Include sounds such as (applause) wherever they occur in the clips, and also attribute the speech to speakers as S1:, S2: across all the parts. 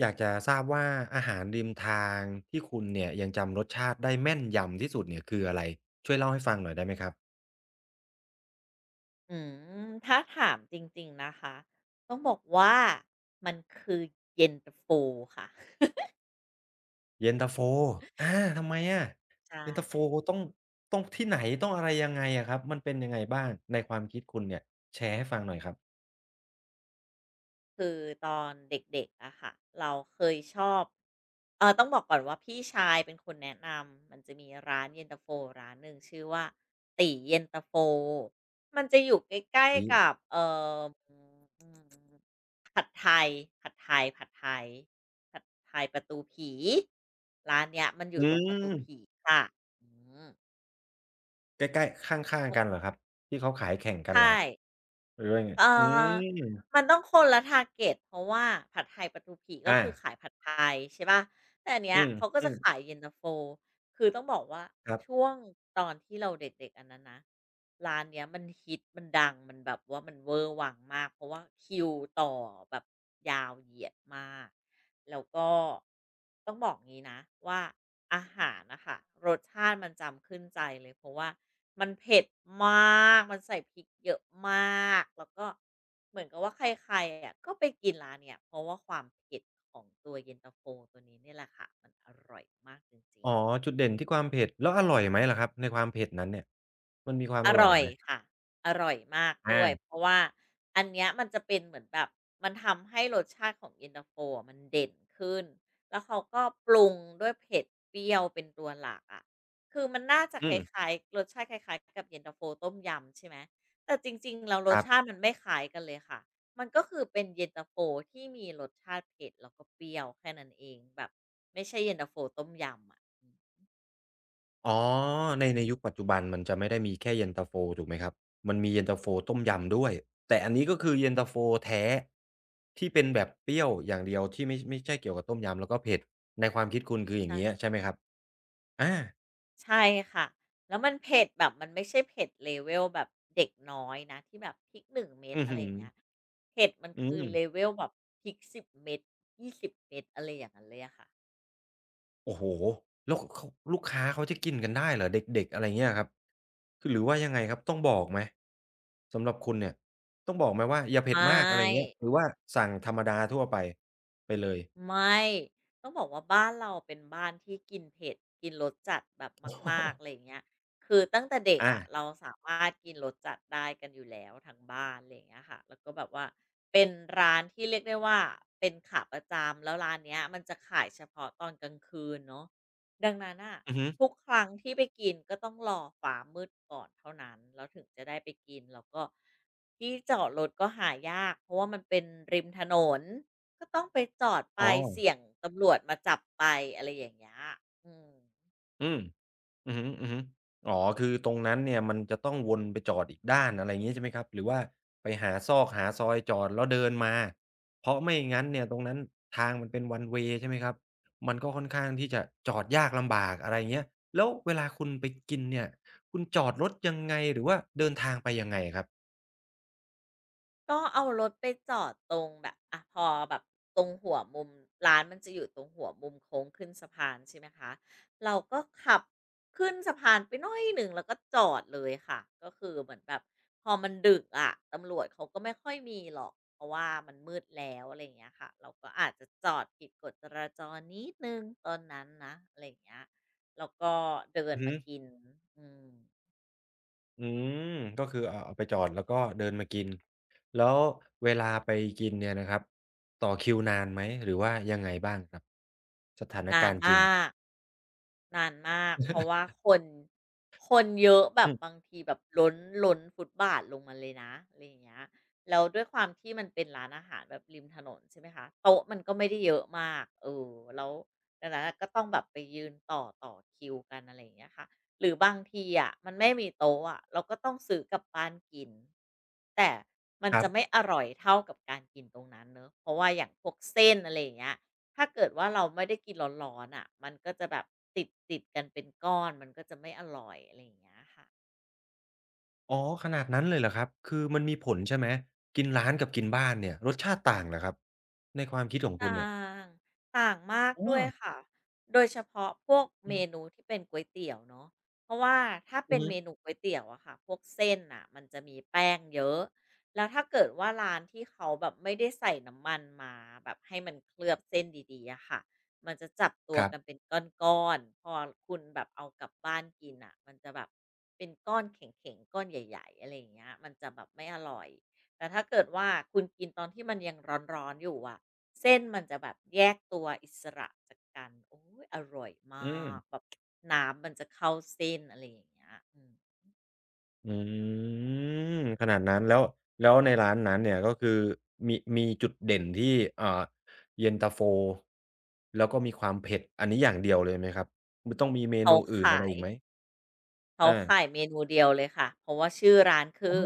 S1: อยากจะทราบว่าอาหารริมทางที่คุณเนี่ยยังจำรสชาติได้แม่นยำที่สุดเนี่ยคืออะไรช่วยเล่าให้ฟังหน่อยได้ไหมครับ
S2: อืถ้าถามจริงๆนะคะต้องบอกว่ามันคือเย็นตาโฟค่ะ (laughs)
S1: เย็นตาโฟอาทำไมอะเย็นตาโฟ
S2: ใช่
S1: ต้องต้องที่ไหนต้องอะไรยังไงอะครับมันเป็นยังไงบ้างในความคิดคุณเนี่ยแชร์ให้ฟังหน่อยครับ
S2: คือตอนเด็กๆอะค่ะเราเคยชอบเออต้องบอกก่อนว่าพี่ชายเป็นคนแนะนำมันจะมีร้านเย็นตาโฟร้านหนึ่งชื่อว่าตีเย็นตาโฟมันจะอยู่ใกล้
S1: ดี
S2: ๆกับเอ่อมผัดไทยผัดไทยผัดไทยผัดไทยประตูผีร้านเนี้ยมันอ
S1: อื
S2: ยู่ตรงป
S1: ม
S2: ระตูผีค่ะอืม
S1: ใกล้ๆข้างๆกันเหรอครับที่เขาขายแข่งกันเหรอ
S2: ใช่
S1: ครับหรือว่ายังไง
S2: เอ่
S1: อื
S2: อ
S1: ม
S2: มันต้องคนละ t a r g เกตเพราะว่าผัดไทยประตูผีก็
S1: อา
S2: คือขายผัดไทยใช่เปล่าแต่อันเนี้
S1: อื
S2: ยเขาก็จะ
S1: ม
S2: ขา
S1: ๆ
S2: ยเย็นตาโฟ คือต้องบอกว่า
S1: ครับ
S2: ช่วงตอนที่เราเด็กๆอันนั้นนะร้านเนี้ยมันฮิตมันดังมันแบบว่ามันเวอร์วังมากเพราะว่าคิวต่อแบบยาวเหยียดมาก แล้วก็ต้องบอกงี้นะว่าอาหารนะคะรสชาติมันจำขึ้นใจเลยเพราะว่ามันเผ็ดมากมันใส่พริกเยอะมากแล้วก็เหมือนกับว่าใครๆอะก็ไปกินร้านเนี้ยเพราะว่าความเผ็ดของตัวเย็นตาโฟตัวนี้เนี่ยแหละค่ะมันอร่อยมากจริง
S1: อ๋อ
S2: ๆ
S1: จุดเด่นที่ความเผ็ดแล้วอร่อยไหมล่ะครับในความเผ็ดนั้นเนี่ยมันมีความ
S2: อ
S1: อร่อย
S2: ร่อย
S1: ไหม
S2: ค่ะอร่อยมากด้วย
S1: อา
S2: เพราะว่าอันเนี้ยมันจะเป็นเหมือนแบบมันทำให้รสชาติของเย็นตาโฟอะมันเด่นขึ้นแล้วเขาก็ปรุงด้วยเผ็ดเปรี้ยวเป็นตัวหลักอะคือมันน่าจะค
S1: อื
S2: ล
S1: ม
S2: ้ายๆรสชาติคล้ายๆกับเย็นตาโฟต้มยำใช่ไหมแต่จริงๆแล้วร
S1: ค
S2: ส
S1: รั
S2: ชาติ
S1: บ
S2: มันไม่คล้ายกันเลยค่ะมันก็คือเป็นเย็นตาโฟที่มีรสชาติเผ็ดแล้วก็เปรี้ยวแค่นั้นเองแบบไม่ใช่เย็นตาโฟต้มยำอะอืม
S1: อ๋อในในยุคปัจจุบันมันจะไม่ได้มีแค่เย็นตาโฟถูกไหมครับมันมีเย็นตาโฟต้มยำด้วยแต่อันนี้ก็คือเย็นตาโฟแท้ที่เป็นแบบเปรี้ยวอย่างเดียวที่ไม่ไม่ใช่เกี่ยวกับต้มยำแล้วก็เผ็ดในความคิดคุณคืออย่าง
S2: ใช่
S1: เงี้ยใช่ไหมครับอา
S2: ใช่ค่ะแล้วมันเผ็ดแบบมันไม่ใช่เผ็ดเลเวลแบบเด็กน้อยนะที่แบบพริก1เม็ด
S1: อื้อ
S2: อะไร
S1: ฮื
S2: อ
S1: อ
S2: ย่างเงี้ยเผ็ดมัน
S1: อื
S2: คือ
S1: ม
S2: เลเวลแบบพริก10เม็ด20เม็ดอะไรอย่างงั้นเลยอะค่ะ
S1: โอ้โฮแล้วขเขาลูกค้าเขาจะกินกันได้เหรอเด็กๆอะไรเงี้ยครับคือหรือว่ายังไงครับต้องบอกไหมสำหรับคุณเนี่ยต้องบอกไหมว่าอย่า
S2: ใช
S1: เผ็ดมากอะไรเงี้
S2: ่
S1: ยหรือว่าสั่งธรรมดาทั่วไปไปเลย
S2: ไม่ต้องบอกว่าบ้านเราเป็นบ้านที่กินเผ็ดกินรสจัดแบบมากๆอะไรอ
S1: (laughs)
S2: ย่างเงี้ยคือตั้งแต่
S1: โอ้
S2: เด็
S1: โฮ
S2: ก
S1: อา
S2: อะเราสามารถกินรสจัดได้กันอยู่แล้วทั้งบ้านอะไรอย่างเงี้ยค่ะแล้วก็แบบว่าเป็นร้านที่เรียกได้ว่าเป็นขาประจำแล้วร้านเนี้ยมันจะขายเฉพาะตอนกลางคืนเนาะดังนั้นน่ะ
S1: อือฮึ
S2: ทุกครั้งที่ไปกินก็ต้องรอฟ้ามืดก่อนเท่านั้นแล้วถึงจะได้ไปกินแล้วก็ที่จอดรถก็หายากเพราะว่ามันเป็นริมถนน ก็ต้องไปจอดไป
S1: อ๋อ
S2: เสี่ยงตำรวจมาจับไปอะไรอย่างเงี้ยอืม
S1: อืมอือฮึๆอ๋อคือตรงนั้นเนี่ยมันจะต้องวนไปจอดอีกด้านอะไรอย่างงี้ใช่ไหมครับหรือว่าไปหาซอกหาซอยจอดแล้วเดินมา เพราะไม่งั้นเนี่ยตรงนั้นทางมันเป็น one way ใช่ไหมครับ มันก็ค่อนข้างที่จะจอดยากลำบากอะไรอย่างเงี้ยแล้วเวลาคุณไปกินเนี่ยคุณจอดรถยังไงหรือว่าเดินทางไปยังไงครับ
S2: ก็เอารถไปจอดตรงแบบอะพอแบบตรงหัวมุมร้านมันจะอยู่ตรงหัวมุมโค้งขึ้นสะพานใช่ไหมคะเราก็ขับขึ้นสะพานไปหน้อยหนึ่งแล้วก็จอดเลยค่ะก็คือเหมือนแบบพอมันดึกอะตำรวจเขาก็ไม่ค่อยมีหรอกเพราะว่ามันมืดแล้วอะไรอย่างเงี้ยค่ะเราก็อาจจะจอดผิดกฎจราจรนิดนึงตอนนั้นนะอะไรอย่างเงี้ยแล้วก็เดิน
S1: อือฮึ
S2: มากินอืม
S1: อืมก็คือเอาไปจอดแล้วก็เดินมากินแล้วเวลาไปกินเนี่ยนะครับต่อคิวนานไหมหรือว่ายังไงบ้างครับสถาน
S2: นา
S1: กา
S2: น
S1: รณ์จริง
S2: มากนานมากเพราะว่าคนเยอะแบ
S1: อื
S2: บบา
S1: ม
S2: งทีแบบล้นล้นฟุตบาทลงมาเลยนะอะไรอย่างเงี้ยแล้วด้วยความที่มันเป็นร้านอาหารแบบริมถนนใช่ไหมคะโต๊ะมันก็ไม่ได้เยอะมากเออแล้วดังนั้นอะก็ต้องแบบไปยืนต่อคิวกันอะไรอย่างเงี้ยค่ะหรือบางทีอะมันไม่มีโต๊ะอะเราก็ต้องซื้อกลับบ้านกินแต่มัน
S1: ครับ
S2: จะไม่อร่อยเท่ากับการกินตรงนั้นเนอะเพราะว่าอย่างพวกเส้นอะไรอย่างเงี้ย ถ้าเกิดว่าเราไม่ได้กินร้อนๆอ่ะ มันก็จะแบบติดกันเป็นก้อน มันก็จะไม่อร่อยอะไรอย่างเงี้ยค่ะ
S1: อ๋อขนาดนั้นเลยเหรอครับคือมันมีผลใช่ไหมกินร้านกับกินบ้านเนี่ยรสชาติต่างเหรอครับในความคิดของคุณ
S2: ต่า
S1: เนี่ย
S2: งต่างมาก
S1: อ๋อ
S2: ด้วยค่ะ โดยเฉพาะพวก
S1: อือ
S2: เมนูที่เป็นก๋วยเตี๋ยวเนาะเพราะว่าถ้า
S1: อื
S2: เป็
S1: อ
S2: น
S1: ฮึ
S2: เมนูก๋วยเตี๋ยวอะค่ะพวกเส้นน่ะมันจะมีแป้งเยอะแล้วถ้าเกิดว่าร้านที่เขาแบบไม่ได้ใส่น้ำมันมาแบบให้มันเคลือบเส้นดีๆอะค่ะมันจะจับตั
S1: ค
S2: ว
S1: รั
S2: กันเป็
S1: บ
S2: นก้อนๆพอคุณแบบเอากลับบ้านกินน่ะมันจะแบบเป็นก้อนแข็งๆก้อนใหญ่ๆอะไรอย่างเงี้ยมันจะแบบไม่อร่อยแต่ถ้าเกิดว่าคุณกินตอนที่มันยังร้อนๆอยู่อะ เส้นมันจะแบบแยกตัวอิสระจากกันโอ้ยอร่อยม
S1: อื
S2: า
S1: ม
S2: กแบบน้ำมันจะเข้าเส้นอะไรอย่างเงี้ยอืม
S1: อืมขนาดนั้นแล้วแล้วในร้านนั้นเนี่ยก็คือมีมีจุดเด่นที่อ่าเย็นตาโฟแล้วก็มีความเผ็ดอันนี้อย่างเดียวเลยไหมครับมันต้องมีเม
S2: เขา
S1: นูอื่นอะ
S2: ขา
S1: ไร
S2: ย
S1: อีกไหม
S2: เขา
S1: อา
S2: ขายเมนูเดียวเลยค่ะเพราะว่าชื่อร้านคื
S1: อ๋อ
S2: อ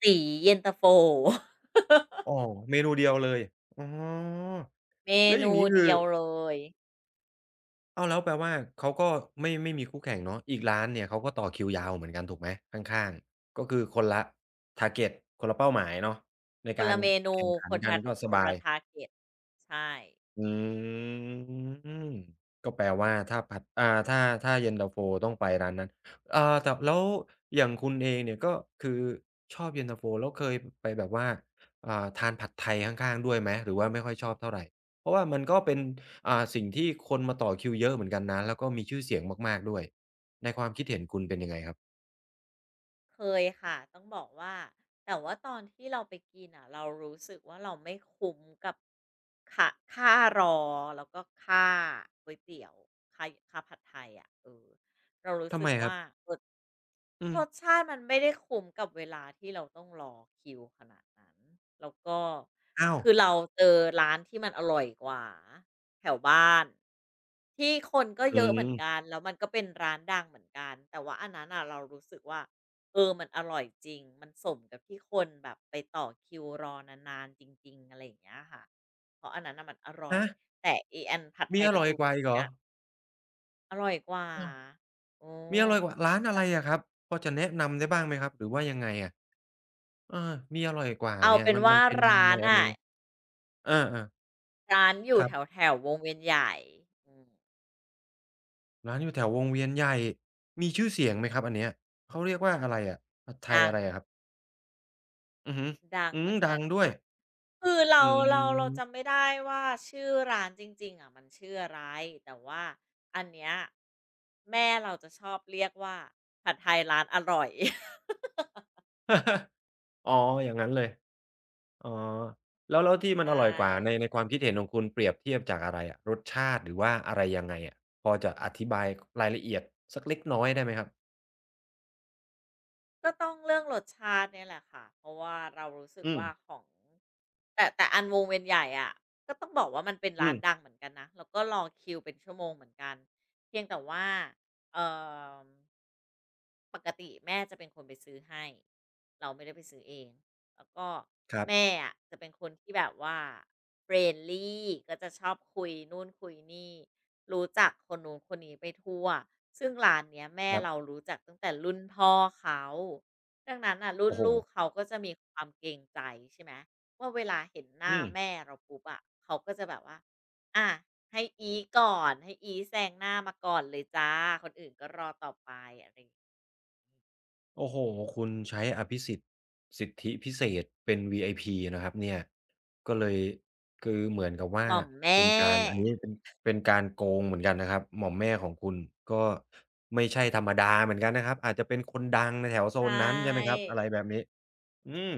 S2: ตีเย็นตาโฟ (laughs)
S1: อ๋อเมนูเดียวเลยอ๋อ
S2: เม
S1: แล้วอย่า
S2: นู
S1: งงี้คื
S2: เดี
S1: อ
S2: ยวเลย
S1: อ้าวแล้วแปลว่าเขาก็ไม่ไม่มีคู่แข่งเนาะอีกร้านเนี่ยเขาก็ต่อคิวยาวเหมือนกันถูกไหมข้างๆก็คือคนละ target คนละเป้าหมายเนาะใน
S2: ค
S1: กา
S2: น
S1: ร
S2: ละเมนู
S1: แข่งขั
S2: ค
S1: น
S2: น
S1: กั
S2: ทา
S1: นก็ส
S2: คน
S1: บาย
S2: ละ target ใช่
S1: อืมก็แปลว่าถ้าผัดอ่าถ้าถ้าเย็นตาโฟต้องไปร้านนั้นเอ่าแต่แล้วอย่างคุณเองเนี่ยก็คือชอบเย็นตาโฟแล้วเคยไปแบบว่าอ่าทานผัดไทยข้างๆด้วยไหมหรือว่าไม่ค่อยชอบเท่าไรเพราะว่ามันก็เป็นอ่าสิ่งที่คนมาต่อคิวเยอะเหมือนกันนะแล้วก็มีชื่อเสียงมากๆด้วยในความคิดเห็นคุณเป็นยังไงครับ
S2: เคยค่ะต้องบอกว่าแต่ว่าตอนที่เราไปกินอะเรารู้สึกว่าเราไม่คุ้มกับ ค่าค่ารอแล้วก็ค่าก๋วยเตี๋ยวค่าค่าผัดไทยอะเออเรารู้
S1: ทำ
S2: สึ
S1: ไม
S2: ก
S1: ครับ
S2: ว่ารส
S1: อื
S2: รส
S1: ม
S2: ชาติมันไม่ได้คุ้มกับเวลาที่เราต้องรอคิวขนาดนั้นแล้วก็
S1: อ้าว
S2: คือเราเจอร้านที่มันอร่อยกว่าแถวบ้านที่คนก็
S1: อื
S2: เยอะเหมื
S1: ม
S2: อนกันแล้วมันก็เป็นร้านดังเหมือนกันแต่ว่าอันนั้นน่ะเรารู้สึกว่าเออมันอร่อยจริงมันสมกับที่คนแบบไปต่อคิวรอนานๆจริงๆอะไรอย่างเงี้ยค่ะ เพราะอันนั้นน่ะมันอร่อย
S1: ฮะ
S2: แต่อีอันผัดไท
S1: มี
S2: ย
S1: อ
S2: ประ
S1: ร่อย
S2: ตู
S1: กว่าอี
S2: ผี
S1: กเหรอ
S2: อะอร่อยกว่า
S1: เออ
S2: โอ้
S1: มีอร่อยกว่าร้านอะไรอะครับพอจะแนะนำได้บ้างไหมครับหรือว่ายังไงอะเออมีอร่อยกว่า
S2: เอา
S1: เนี่ย
S2: เป็น
S1: มันมั
S2: ว่า
S1: นเป็นยั
S2: ร้า
S1: งไง
S2: น
S1: อะไร
S2: อะ
S1: เออๆ
S2: ร้านอ
S1: ค
S2: ยู่
S1: รั
S2: แ
S1: บ
S2: ถวๆววงเวียนใหญ่อืม
S1: ร้านอยู่แถววงเวียนใหญ่มีชื่อเสียงไหมครับอันเนี้ยเขาเรียกว่าอะไรอะผัดไทย
S2: ดั
S1: อะไร
S2: ง
S1: อะครับอือฮึ
S2: ดัง
S1: อื
S2: เห
S1: ม
S2: มือน
S1: ดั
S2: กัน
S1: งด้วย
S2: ค่ะคือเรา
S1: อื
S2: เราเราจำ
S1: ม
S2: ไม่ได้ว่าชื่อร้านจริงๆอะมันชื่ออะไรแต่ว่าอันเนี้ยแม่เราจะชอบเรียกว่าผัดไทยร้านอร่อย (laughs)
S1: (laughs) อ๋ออย่างงั้นเลยอ๋อแล้วแล้วที่มัน
S2: ใช่
S1: อร่อยกว่าในในความคิดเห็นของคุณเปรียบเทียบจากอะไรอะรสชาติหรือว่าอะไรยังไงอะพอจะอธิบายรายละเอียดสักเล็กน้อยได้ไหมครับ
S2: ก็ต้องเรื่องรสชาติเนี่ยแหละค่ะเพราะว่าเรารู้สึก
S1: อืม
S2: ว่าของ แต่อันวงเวียนใหญ่อะก็ต้องบอกว่ามันเป็น
S1: อื
S2: ร้าน
S1: ม
S2: ดังเหมือนกันนะแล้วก็รอคิวเป็นชั่วโมงเหมือนกันเพียงแต่ว่าเอ่อ ปกติแม่จะเป็นคนไปซื้อให้เราไม่ได้ไปซื้อเองแล้วก็
S1: ครับ
S2: แม่อะจะเป็นคนที่แบบว่า friendly ก็จะชอบคุยนู่นคุยนี่รู้จักคนนู้นคนนี้ไปทั่วซึ่งร้านเนี้ยแม่
S1: ครั
S2: เรา
S1: บ
S2: รู้จักตั้งแต่รุ่นพ่อเขาดังนั้นอ่ะรุ่น
S1: โอ้โฮ
S2: ลูกเขาก็จะมีความเกรงใจใช่ไหมว่าเวลาเห็นหน้า
S1: อืม
S2: แม่เราปุ๊บอะเขาก็จะแบบว่าอะให้อีก่อนให้อีแซงหน้ามาก่อนเลยจ้าคนอื่นก็รอต่อไปอะไรอย่างนี้
S1: โอ้โฮคุณใช้อภิสิทธิ์สิทธิพิเศษเป็น VIP นะครับเนี่ยก็เลยคือเหมือนกับ
S2: ห
S1: ว่า
S2: ม่อมแม่
S1: เป็นการอันนี้เป็นเป็นการโกงเหมือนกันนะครับหม่อมแม่ของคุณก็ไม่ใช่ธรรมดาเหมือนกันนะครับ อาจจะเป็นคนดังในแถวโซ
S2: ใช
S1: นนั้นใช่ไหมครับ
S2: ่
S1: อะไรแบบนี้อืม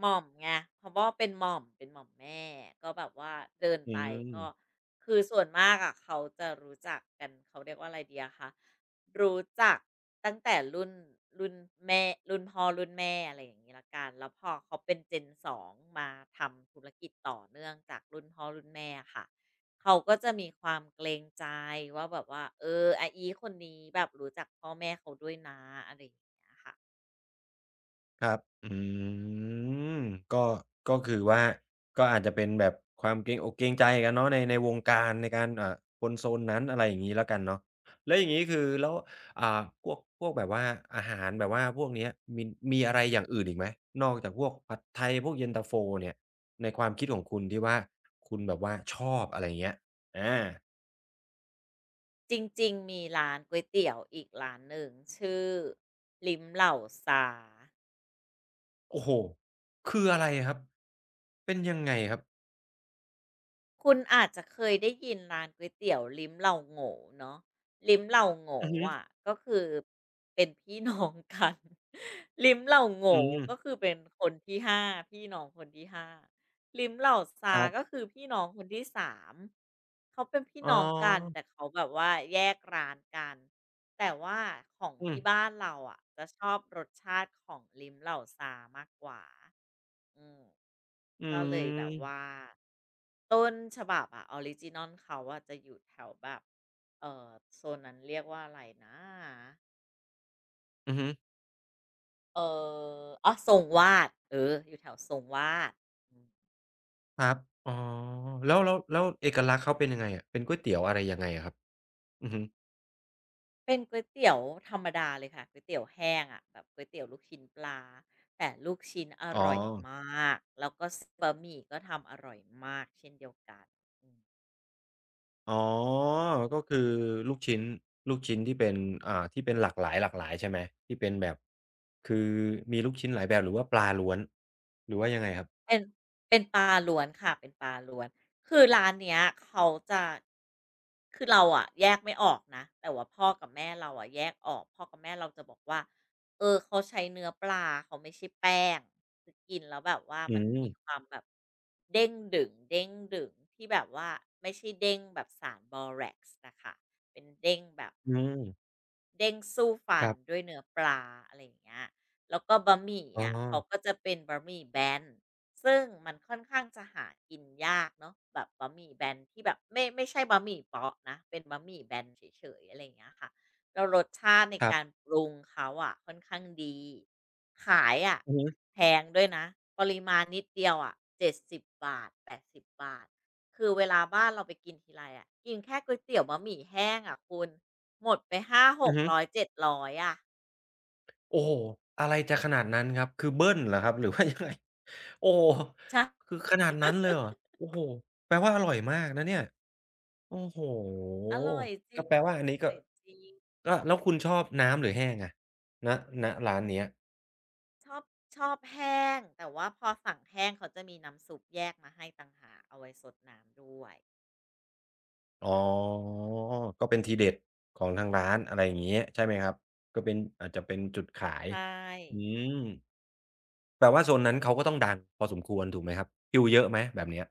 S2: หม่อมไงเพราะว่าเป็นหม่อมเป็นหม่อมแม่ก็แบบว่าเดิน
S1: อื
S2: ไป
S1: ม
S2: ก็คือส่วนมากอะเขาจะรู้จักกันเขาเรียกว่าอะไรดีอะคะรู้จักตั้งแต่รุ่นแม่รุ่นพ่อรุ่นแม่อะไรอย่างงี้แล้วกันแล้วพอเขาเป็น Gen สองมาทำธุรกิจต่อเนื่องจากรุ่นพ่อรุ่นแม่อะค่ะเขาก็จะมีความเกรงใจว่าแบบว่าเอออาอีคนนี้แบบรู้จักพ่อแม่เขาด้วยนะอะไรอย่างเงี้ยค่ะ
S1: ครับอืมก็ก็คือว่าก็อาจจะเป็นแบบความเกรงอกเกรงใจกันเนาะในวงการในการคนโซนนั้นอะไรอย่างงี้แล้วกันเนาะแล้วอย่างงี้คือแล้วอ่าพวกแบบว่าอาหารแบบว่าพวกเนี้ยมีมีอะไรอย่างอื่นอีกไหมนอกจากพวกผัดไทยพวกเย็นตาโฟเนี่ยในความคิดของคุณที่ว่าคุณแบบว่าชอบอะไรอย่างเงี้ยอา
S2: จริงๆ มีร้านก๋วยเตี๋ยวอีกร้านหนึ่งชื่อลิ้มเหล่าซา
S1: โอ้โฮคืออะไรครับเป็นยังไงครับ
S2: คุณอาจจะเคยได้ยินร้านก๋วยเตี๋ยวลิ้มเหล่าโง่เนาะลิ้มเหล่าโง่
S1: อือฮึ
S2: อะก็คือเป็นพี่น้องกัน (laughs) ลิ้มเหล่า
S1: อื
S2: โง่ก็
S1: ม
S2: คือเป็นคนที่ห้าพี่น้องคนที่5 ลิ้มเหล่า
S1: ค
S2: ซา
S1: รั
S2: ก็
S1: บ
S2: คือพี่น้องคนที่3เขาเป็นพี่
S1: อ๋อ
S2: น้องกันแต่เขาแบบว่าแยกร้านกัน แต่ว่าของ
S1: อืม
S2: ที่บ้านเราอะจะชอบรสชาติของลิ้มเหล่าซามากกว่าอืม
S1: อื
S2: ก็เลยแบบ
S1: ม
S2: ว่าต้นฉบับอะออริจินัลเขาอะจะอยู่แถวแบบเอ่อโซนนั้นเรียกว่าอะไรนะ
S1: อือฮึ
S2: เอ่อ๋อทรงวาดเอออยู่แถวทรงวาดอืม
S1: ครับอ๋อแล้วเอกลักษณ์เขาเป็นยังไงอะเป็นก๋วยเตี๋ยวอะไรยังไงอะครับอือฮึ
S2: เป็นก๋วยเตี๋ยวธรรมดาเลยค่ะก๋วยเตี๋ยวแห้งอะแบบก๋วยเตี๋ยวลูกชิ้นปลาแต่ลูกชิ้นอ
S1: อ๋อ
S2: ร่อยมากแล้วก็เสนบะหมี่ก็ทำอร่อยมากเช่นเดียวกันอืม
S1: อ๋อก็คือลูกชิ้นลูกชิ้นที่เป็นที่เป็นหลากหลายใช่ไหมที่เป็นแบบคือมีลูกชิ้นหลายแบบหรือว่าปลาล้วน หรือว่ายังไงครับ
S2: เป็นเป็นปลาล้วนค่ะเป็นปลาล้วนคือร้านเนี้ยเขาจะคือเราอะแยกไม่ออกนะแต่ว่าพ่อกับแม่เราอะแยกออกพ่อกับแม่เราจะบอกว่าเออเขาใช้เนื้อปลาเขาไม่ใช่แป้งคือกินแล้วแบบว่า
S1: อื
S2: มัน
S1: ม
S2: มีความแบบเด้งดึงเด้งดึงที่แบบว่าไม่ใช่เด้งแบบสารบอแร็กซ์น่ะค่ะเป็นเด้งแบบ
S1: อืม
S2: เด้งสู้ฟั
S1: ค
S2: น
S1: รั
S2: ด้
S1: บ
S2: วยเนื้อปลาอะไรอย่างเงี้ยแล้วก็บะหมี่
S1: อ๋อ
S2: อะเขาก็จะเป็นบะหมี่แบน ซึ่งมันค่อนข้างจะหากินยากเนาะแบบบะหมี่แบนที่แบบไม่ใช่บะหมี่เปาะนะเป็นบะหมี่แบนเฉยๆอะไรอย่างเงี้ยค่ะแล้วรสชาติใน
S1: ครั
S2: การ
S1: บ
S2: ปรุงเขาอะค่อนข้างดี ขายอะ
S1: อือฮึ
S2: แพงด้วยนะปริมาณนิดเดียวอะ70บบาท80บบาทคือเวลาบ้านเราไปกินทีไรอะกินแค่ก๋วยเตี๋ยวบะหมี่แห้งอะคุณ หมดไป5อย
S1: อื
S2: 6
S1: อฮึ
S2: 0 0 700อยอะ
S1: โอ้โฮอะไรจะขนาดนั้นครับคือเบิ้ลเหรอครับหรือว่ายังไง (laughs) โอ้โฮ
S2: ใช่
S1: คือขนาดนั้นเลยเหรอโอ้โฮแปลว่าอร่อยมากนะเนี่ยโอ้โฮ
S2: อร่อยจริ
S1: ก็
S2: ง
S1: แปลว่าอัน
S2: อ
S1: นี้ก็
S2: ร่อยจริง
S1: ก็แล้วคุณชอบน้ำหรือแห้งอะณณร้านเนี้ย
S2: ชอบชอบแห้งแต่ว่าพอสั่งแห้งเขาจะมีน้ำซุปแยกมาให้ต่างหากเอาไว้ซดน้ำด้วย
S1: อ๋อก็เป็นทีเด็ดของทางร้านอะไรอย่างงี้ใช่ไหมครับก็เป็นอาจจะเป็นจุดขาย
S2: ใช่
S1: อืมแปลว่าโซนนั้นเขาก็ต้องดังพอสมควรถูกไหมครับคิวเยอะไหมแบบเนี้ย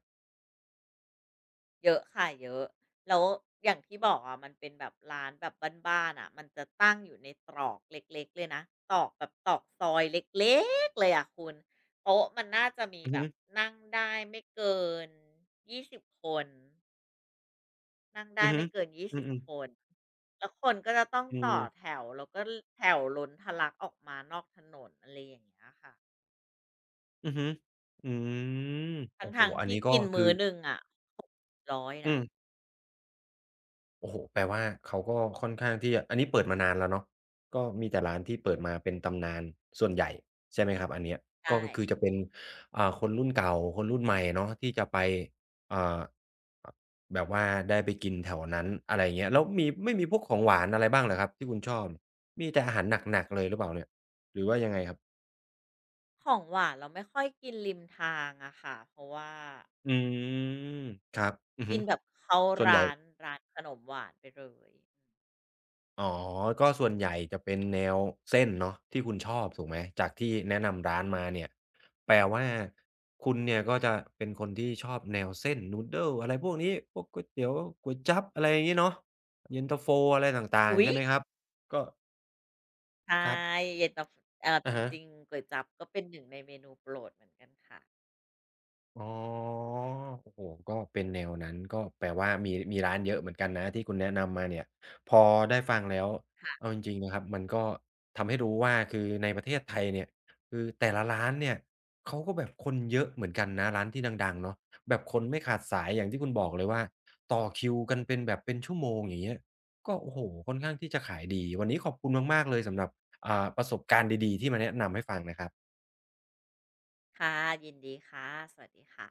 S2: เยอะค่ะเยอะแล้วอย่างที่บอกอะมันเป็นแบบร้านแบบบ้านๆอะมันจะตั้งอยู่ในตรอกเล็กๆเลยนะตรอกแบบตรอกซอยเล็กๆเลยอะคุณโต๊ะมันน่าจะมี
S1: อือ
S2: แบ
S1: ฮึ
S2: บนั่งได้ไม่เกิน20คน นั่ง
S1: อื
S2: ได้
S1: อฮึ
S2: ไม่เกิน
S1: อื
S2: 20
S1: อ
S2: คน
S1: ๆ
S2: แล้วคนก็จะต้อง
S1: อื
S2: ต่อแถ
S1: ม
S2: วแล้วก็ลแถวล้นทะลักออกมานอกถนนอะไรอย่างเงี้ยค่ะ
S1: อือฮึอืม
S2: ทั
S1: โอ้โฮ
S2: ้งๆ
S1: อัน
S2: ที่
S1: นี้ก็
S2: กิน
S1: คื
S2: มื้
S1: อ
S2: อหนึ่งอะร้อย
S1: อื
S2: นะ
S1: มโอ้โฮแปลว่าเขาก็ค่อนข้างที่จะอันนี้เปิดมานานแล้วเนาะก็มีแต่ร้านที่เปิดมาเป็นตำนานส่วนใหญ่ใช่ไหมครับอันเนี้ยก็
S2: ใช่
S1: ก็คือจะเป็นคนรุ่นเก่าคนรุ่นใหม่เนาะที่จะไปอ่าอแบบว่าได้ไปกินแถวนั้นอะไรอย่างเงี้ยแล้วมีไม่มีพวกของหวานอะไรบ้างเหรอครับที่คุณชอบ มีแต่อาหารหนักๆเลยหรือเปล่าเนี่ยหรือว่ายังไงครับ
S2: ของหวานเราไม่ค่อยกินริมทางอะค่ะเพราะว่า
S1: อืมครับอือฮึ
S2: กินแบบเข้า
S1: ส่วนใหญ่
S2: ร้านร้านขนมหวานไปเลย
S1: อ๋อ ก็ส่วนใหญ่จะเป็นแนวเส้นเนาะที่คุณชอบถูกไหมจากที่แนะนำร้านมาเนี่ยแปลว่าคุณเนี่ยก็จะเป็นคนที่ชอบแนวเส้น noodle อะไรพวกนี้พวกก๋วยเตี๋ยวก๋วยจั๊บอะไรอย่างงี้เนาะเย็นตาโฟอะไรต่าง
S2: อุ๊
S1: ๆ
S2: ย
S1: ใช่ไหมครับก็
S2: ใช่
S1: ครับ
S2: เย็นตาฟจ
S1: อะฮะ
S2: ริงๆก๋วยจั๊บก็เป็นหนึ่งในเมนูโปรดเหมือนกันค่ะ
S1: อ๋อโอ้โฮก็เป็นแนวนั้นก็แปลว่ามีร้านเยอะเหมือนกันนะที่คุณแนะนำมาเนี่ยพอได้ฟังแล้วเอาจริงๆนะครับมันก็ทำให้รู้ว่าคือในประเทศไทยเนี่ยคือแต่ละร้านเนี่ยเขาก็แบบคนเยอะเหมือนกันนะร้านที่ดังๆเนาะแบบคนไม่ขาดสายอย่างที่คุณบอกเลยว่าต่อคิวกันเป็นแบบเป็นชั่วโมงอย่างเงี้ยก็โอ้โฮค่อนข้างที่จะขายดีวันนี้ขอบคุณมากๆเลยสำหรับประสบการณ์ดีๆที่มาแนะนำให้ฟังนะครับ
S2: ค่ะยินดีค่ะสวัสดีค่ะ